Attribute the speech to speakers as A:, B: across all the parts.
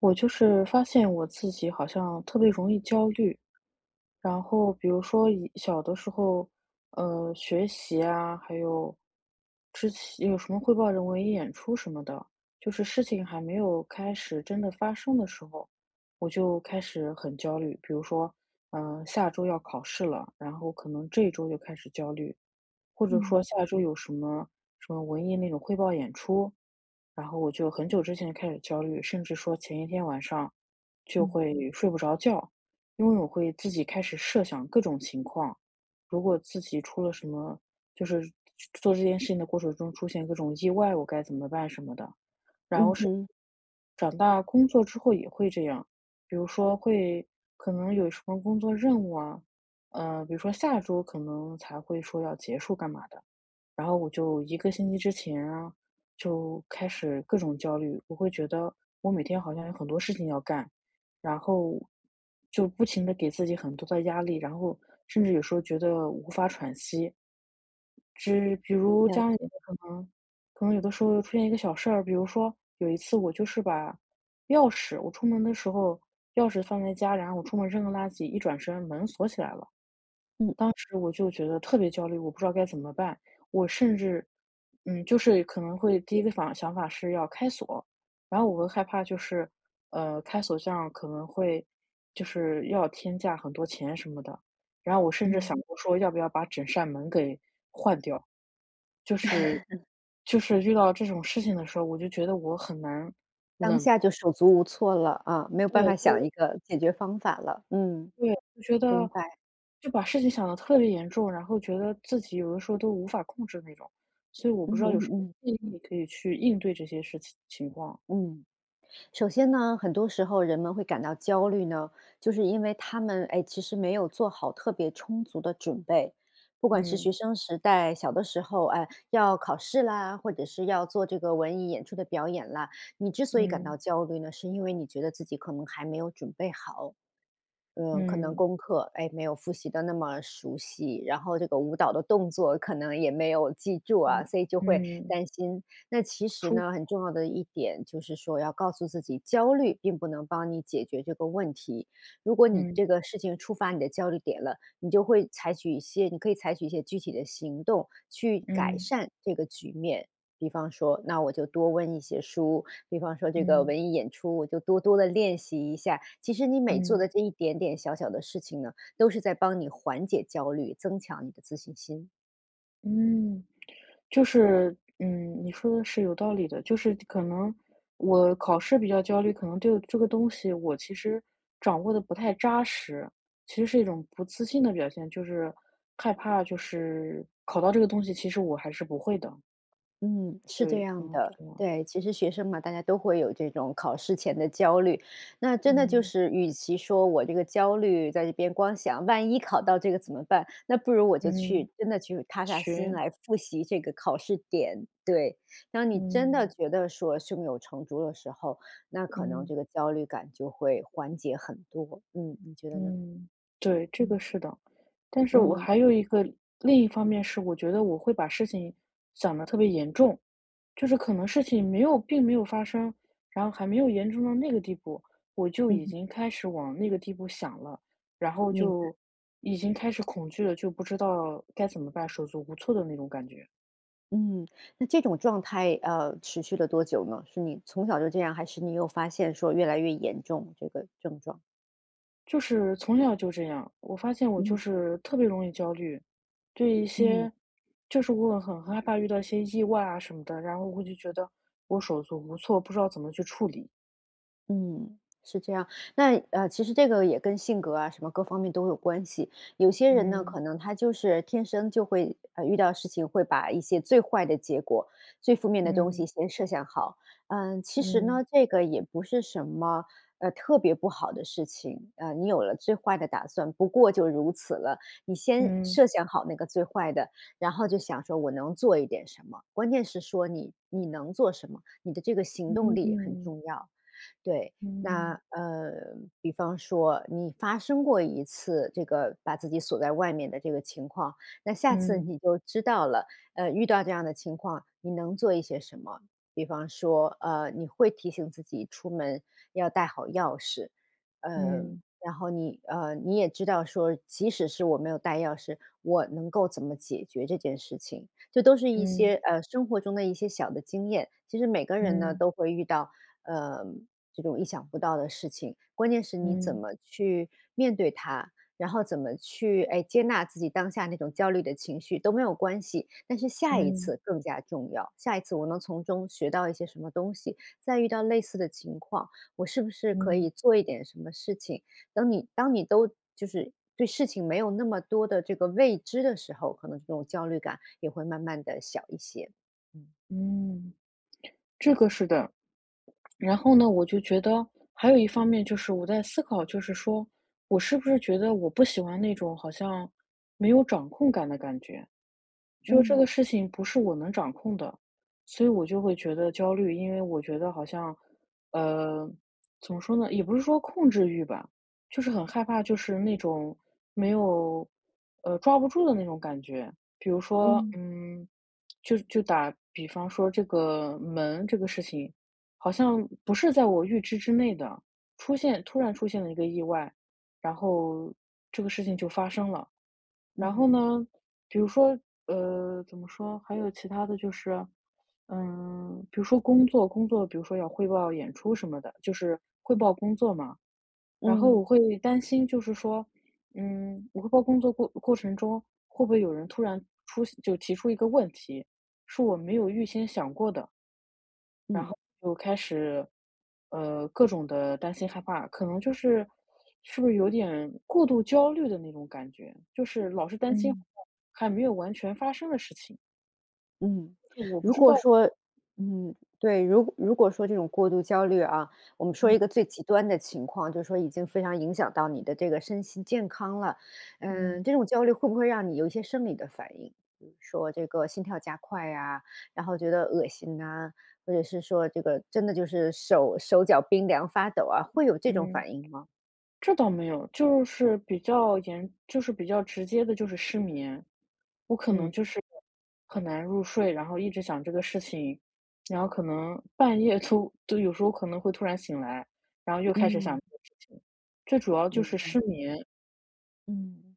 A: 我就是发现我自己好像特别容易焦虑，然后比如说以小的时候，学习啊，还有之前有什么汇报人文演出什么的，就是事情还没有开始真的发生的时候，我就开始很焦虑。比如说，下周要考试了，然后可能这一周就开始焦虑，或者说
B: 嗯
A: 下周有什么什么文艺那种汇报演出，然后我就很久之前开始焦虑，甚至说前一天晚上就
B: 嗯
A: 会睡不着觉，因为我会自己开始设想各种情况，如果自己出了什么，就是做这件事情的过程中出现各种意外，我该怎么办什么的。然后
B: 嗯
A: 是
B: 哼。
A: 长大工作之后也会这样，比如说会可能有什么工作任务啊，比如说下周可能才会说要结束干嘛的。然后我就一个星期之前啊，就开始各种焦虑，我会觉得我每天好像有很多事情要干，然后就不停的给自己很多的压力，然后甚至有时候觉得无法喘息。比如
B: 了
A: 家里
B: 解，
A: 可能可能有的时候出现一个小事儿，比如说有一次我就是把钥匙我出门的时候，钥匙放在家，然后我出门扔个垃圾，一转身门锁起来了。
B: 嗯
A: 当时我就觉得特别焦虑，我不知道该怎么办。我甚至，就是可能会第一个想法是要开锁，然后我会害怕就是，开锁这样可能会就是要天价很多钱什么的。然后我甚至
B: 嗯，
A: 想过说要不要把整扇门给换掉，就是就是遇到这种事情的时候，我就觉得我很难
B: 当
A: 冷，
B: 下就手足无措了啊，没有办法想一
A: 对，
B: 个解决方法了。嗯，
A: 对，就觉
B: 明
A: 得
B: 白。
A: 就把事情想得特别严重，然后觉得自己有的时候都无法控制那种，所以我不
B: 嗯
A: 知道有
B: 嗯
A: 什么
B: 嗯
A: 建议可以去应对这些事情情况。
B: 嗯。首先呢，很多时候人们会感到焦虑呢，就是因为他们哎，其实没有做好特别充足的准备。不管是学
A: 嗯
B: 生时代，小的时候，哎，要考试啦，或者是要做这个文艺演出的表演啦，你之所以感
A: 嗯
B: 到焦虑呢，是因为你觉得自己可能还没有准备好。嗯，可能
A: 嗯
B: 功课，哎，没有复习的那么熟悉，然后这个舞蹈的动作可能也没有记住啊，
A: 嗯
B: 所以就会
A: 嗯，
B: 担心。那其实
A: 出
B: 呢，很重要的一点就是说，要告诉自己，焦虑并不能帮你解决这个问题。如果你
A: 嗯
B: 这个事情触发你的焦虑点了，你就会采取一些，你可以采取一些具体的行动去改
A: 嗯
B: 善这个局面。比方说，那我就多温一些书，比方说这个
A: 嗯
B: 文艺演出，我就多多的练习一下。其实你每做
A: 嗯
B: 的这一点点小小的事情呢，都是在帮你缓解焦虑，增强你的自信心。
A: 嗯。就是，你说的是有道理的，就是可能我考试比较焦虑，可能对这个东西我其实掌握的不太扎实，其实是一种不自信的表现，就是害怕就是考到这个东西，其实我还是不会的，
B: 嗯，是这
A: 对，可
B: 样
A: 能是
B: 的。
A: 这样，
B: 对，其实学生嘛，大家都会有这种考试前的焦虑。那真的就
A: 嗯，
B: 是，与其说我这个焦虑在这边光想万一考到这个怎么办，那不如我就
A: 嗯，
B: 去真的去踏下心
A: 学，
B: 来复习这个考试点。对，当你真的
A: 嗯，
B: 觉得说胸有成竹的时候，那可能
A: 嗯。
B: 这个焦虑感就会缓解很多。嗯，你觉得呢？
A: 嗯，对，这个
B: 嗯
A: 是的。但是我
B: 嗯
A: 还有一个另一方面是，我觉得我会把事情想得特别严重，就是可能事情没有并没有发生，然后还没有严重到那个地步，我就已
B: 嗯
A: 经开始往那个地步想了，然后
B: 明
A: 就已经开始恐惧了，就不知道该怎么办，手足无措的那种感觉。
B: 嗯，那这种状态，持续了多久呢？是你从小就这样，还是你有发现说越来越严重这个症状？
A: 就是从小就这样，我发现我就
B: 嗯
A: 是特别容易焦虑，对一
B: 嗯。
A: 些，就是我很害怕遇到一些意外啊什么的，然后我就觉得我手足无措，不知道怎么去处理。
B: 嗯，是这样。那其实这个也跟性格啊，什么各方面都有关系。有些人呢，
A: 嗯
B: 可能他就是天生就会遇到事情会把一些最坏的结果、最负面的东西
A: 嗯
B: 先设想好。嗯，其实呢，
A: 嗯
B: 这个也不是什么特别不好的事情。你有了最坏的打算，不过就如此了。你先
A: 嗯
B: 设想好那个最坏的，然后就想说我能做一点什么。关键是说你你能做什么，你的这个行动
A: 嗯
B: 力很
A: 嗯
B: 重要。对，那
A: 嗯
B: 比方说你发生过一次这个把自己锁在外面的这个情况，那下次
A: 嗯
B: 你就知道了，遇到这样的情况，你能做一些什么？比方说，你会提醒自己出门要带好钥匙，呃，
A: 嗯
B: 然后你你也知道说，即使是我没有带钥匙，我能够怎么解决这件事情，这都是一些
A: 嗯
B: 生活中的一些小的经验。其实每个人呢都会遇到，呃，这种意想不到的事情，关键是你怎
A: 嗯
B: 么去面对它，然后怎么去，哎，接纳自己当下那种焦虑的情绪都没有关系，但是下一
A: 嗯
B: 次更加重要。下一次我能从中学到一些什么东西，再遇到类似的情况，我是不是可以
A: 嗯
B: 做一点什么事情？等你当你都就是对事情没有那么多的这个未知的时候，可能这种焦虑感也会慢慢的小一些。嗯。
A: 嗯，这个是的。然后呢，我就觉得还有一方面就是我在思考，就是说我是不是觉得我不喜欢那种好像没有掌控感的感觉？就这个
B: 嗯
A: 事情不是我能掌控的，所以我就会觉得焦虑，因为我觉得好像，呃，怎么说呢，也不是说控制欲吧，就是很害怕，就是那种没有，抓不住的那种感觉。比如说，
B: 嗯
A: 就打比方说这个门这个事情，好像不是在我预知之内的，突然出现了一个意外，然后这个事情就发生了。
B: 嗯
A: 然后
B: 哼，
A: 呢，比如说，怎么说，还有其他的就是，比如说工作，比如说要汇报演出什么的，就是汇报工作嘛。然后我
B: 嗯
A: 会担心，就是说，我汇报工作过程中，会不会有人突然就提出一个问题，是我没有预先想过的。
B: 嗯
A: 然
B: 嗯。
A: 后就开始，各种的担心害怕，可能就是，是不是有点过度焦虑的那种感觉，就是老是担心
B: 嗯。
A: 还没有完全发生的事情，
B: 嗯，
A: 就是我不
B: 如
A: 知
B: 果
A: 道
B: 说嗯，对，如果说这种过度焦虑啊，我们说一个
A: 嗯
B: 最极端的情况，就是说已经非常影响到你的这个身心健康了。嗯，
A: 嗯
B: 这种焦虑会不会让你有一些生理的反应？比如说这个心跳加快呀、然后觉得恶心呐、或者是说这个真的就是手脚冰凉发抖啊，会有这种
A: 嗯。
B: 反应吗？
A: 这倒没有，就是比较严就是比较直接的就是失眠。我可能
B: 嗯
A: 就是很难入睡，然后一直想这个事情，然后可能半夜 就有时候可能会突然醒来，然后又开始想
B: 嗯，
A: 这个事情。最主要就是
B: 嗯。
A: 失眠，
B: 嗯，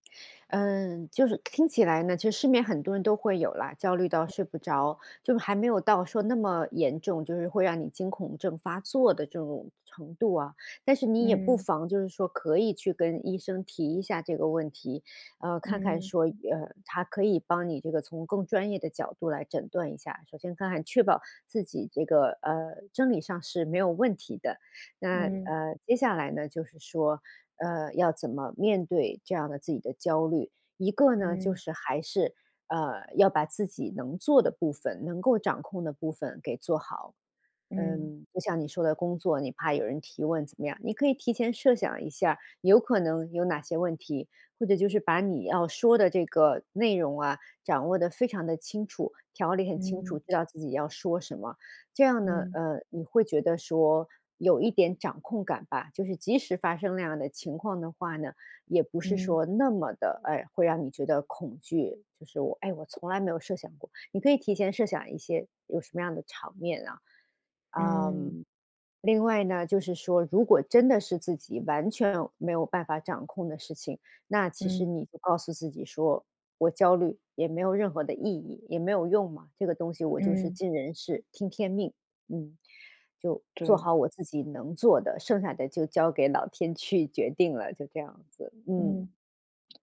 B: 嗯，就是听起来呢，其实市面很多人都会有啦，焦虑到睡不着，就是还没有到说那么严重，就是会让你惊恐症发作的这种程度啊。但是你也不
A: 嗯，
B: 妨就是说可以去跟医生提一下这个问题，看看
A: 嗯，
B: 说，他可以帮你这个从更专业的角度来诊断一下。首先看看确保自己这个生理上是没有问题的。那
A: 嗯，
B: 接下来呢，就是说。要怎么面对这样的自己的焦虑。一个呢，就
A: 嗯，
B: 是还是，要把自己能做的部分、能够掌控的部分给做好。
A: 嗯，
B: 嗯，就像你说的工作，你怕有人提问怎么样，你可以提前设想一下，有可能有哪些问题，或者就是把你要说的这个内容啊，掌握的非常的清楚，条理很清楚，知道自己要说什么，这样呢，
A: 嗯，嗯，
B: 你会觉得说有一点掌控感吧，就是即使发生那样的情况的话呢，也不是
A: 嗯，
B: 说那么的，哎，会让你觉得恐惧。就是我，哎，我从来没有设想过，你可以提前设想一些有什么样的场面啊，
A: 嗯，
B: 嗯，另外呢，就是说，如果真的是自己完全没有办法掌控的事情，那其实
A: 嗯，
B: 你就告诉自己说，我焦虑也没有任何的意义，也没有用嘛。这个东西我就是
A: 嗯，
B: 尽人事，听天命，嗯，就做
A: 对，
B: 好我自己能做的，剩下的就交给老天去决定了，就这样子。嗯，
A: 嗯。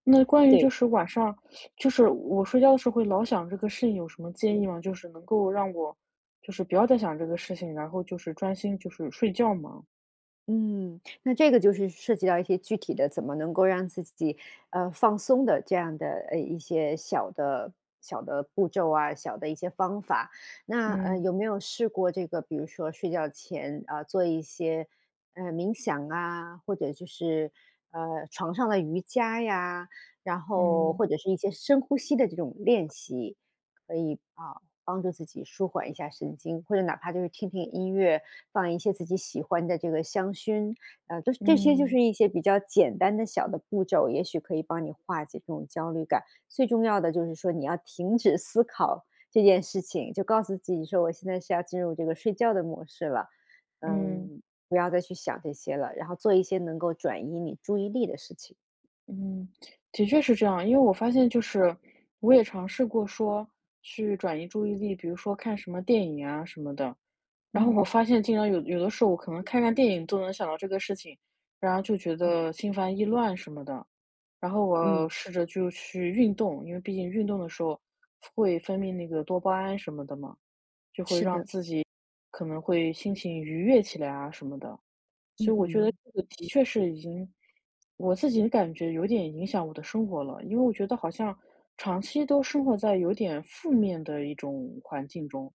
A: 那关于
B: 对。
A: 就是晚上，就是我睡觉的时候会老想这个事情，有什么建议吗？就是能够让我，就是不要再想这个事情，然后就是专心就是睡觉嘛。
B: 嗯，那这个就是涉及到一些具体的，怎么能够让自己放松的这样的一些小的步骤啊，小的一些方法。那
A: 嗯
B: 有没有试过这个，比如说睡觉前啊、做一些冥想啊，或者就是床上的瑜伽呀，然后
A: 嗯
B: 或者是一些深呼吸的这种练习，可以啊、帮助自己舒缓一下神经，或者哪怕就是听听音乐，放一些自己喜欢的这个香薰，都是这些就是
A: 嗯
B: 一些比较简单的小的步骤，也许可以帮你化解这种焦虑感。最重要的就是说你要停止思考这件事情，就告诉自己说我现在是要进入这个睡觉的模式了，
A: 嗯
B: 嗯，不要再去想这些了，然后做一些能够转移你注意力的事情。
A: 嗯，的确是这样。因为我发现就是我也尝试过说去转移注意力，比如说看什么电影啊什么的，然后我
B: 嗯
A: 发现经常有的时候我可能看看电影都能想到这个事情，然后就觉
B: 嗯，
A: 得心烦意乱什么的。然后
B: 嗯，
A: 我试着就去运动，因为毕竟运动的时候会分泌那个多巴胺什么的嘛，
B: 是
A: 让
B: 的，
A: 自己可能会心情愉悦起来啊什么的。所
B: 嗯
A: 以我觉得
B: 哼，
A: 这个的确是已经，我自己感觉有点影响我的生活了，因为我觉得好像长期都生活在有点负面的一种环境中，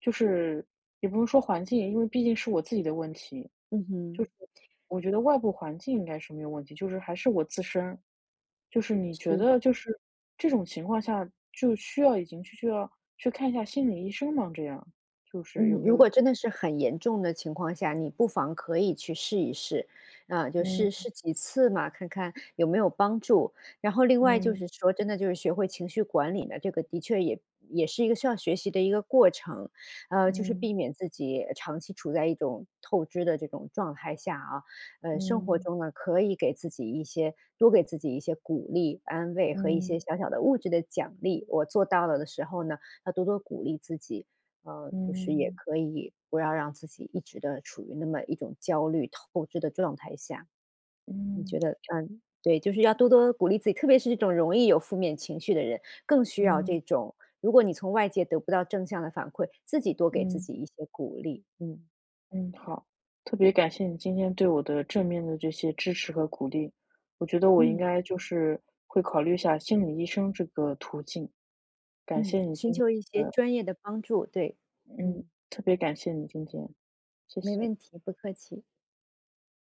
A: 就是也不能说环境，因为毕竟是我自己的问题，
B: 嗯哼，
A: 我觉得外部环境应该是没有问题，就是还是我自身，就是你觉
B: 是。
A: 得就是这种情况下就需要已经去就要去看一下心理医生吗？这样就是有
B: 嗯，
A: 没
B: 如
A: 有
B: 果真的是很严重的情况下，你不妨可以去试一试，啊，就试
A: 嗯
B: 试几次嘛，看看有没有帮助。然后另外就是
A: 嗯
B: 说，真的就是学会情绪管理呢，这个的确也是一个需要学习的一个过程，就是避
A: 嗯
B: 免自己长期处在一种透支的这种状态下啊，生活
A: 嗯
B: 中呢可以给自己一些多给自己一些鼓励、安慰和一些
A: 嗯。
B: 小小的物质的奖励。我做到了的时候呢，要多多鼓励自己。嗯，就是也
A: 嗯
B: 可以不要让自己一直的处于那么一种焦虑透支的状态下。你觉
A: 嗯
B: 得嗯，对，就是要多多鼓励自己，特别是这种容易有负面情绪的人，更需要这
A: 嗯
B: 种如果你从外界得不到正向的反馈，自己多给自
A: 嗯
B: 己一些鼓励。嗯，
A: 嗯，好，特别感谢你今天对我的正面的这些支持和鼓励，我觉得我应
B: 嗯，
A: 该就是会考虑一下心理医生这个途径。感
B: 嗯，
A: 谢你
B: 寻
A: 今天，
B: 求一些专业的帮助，对，
A: 嗯，
B: 嗯，
A: 特别感谢你今天，谢
B: 没
A: 谢。
B: 问题，不客气。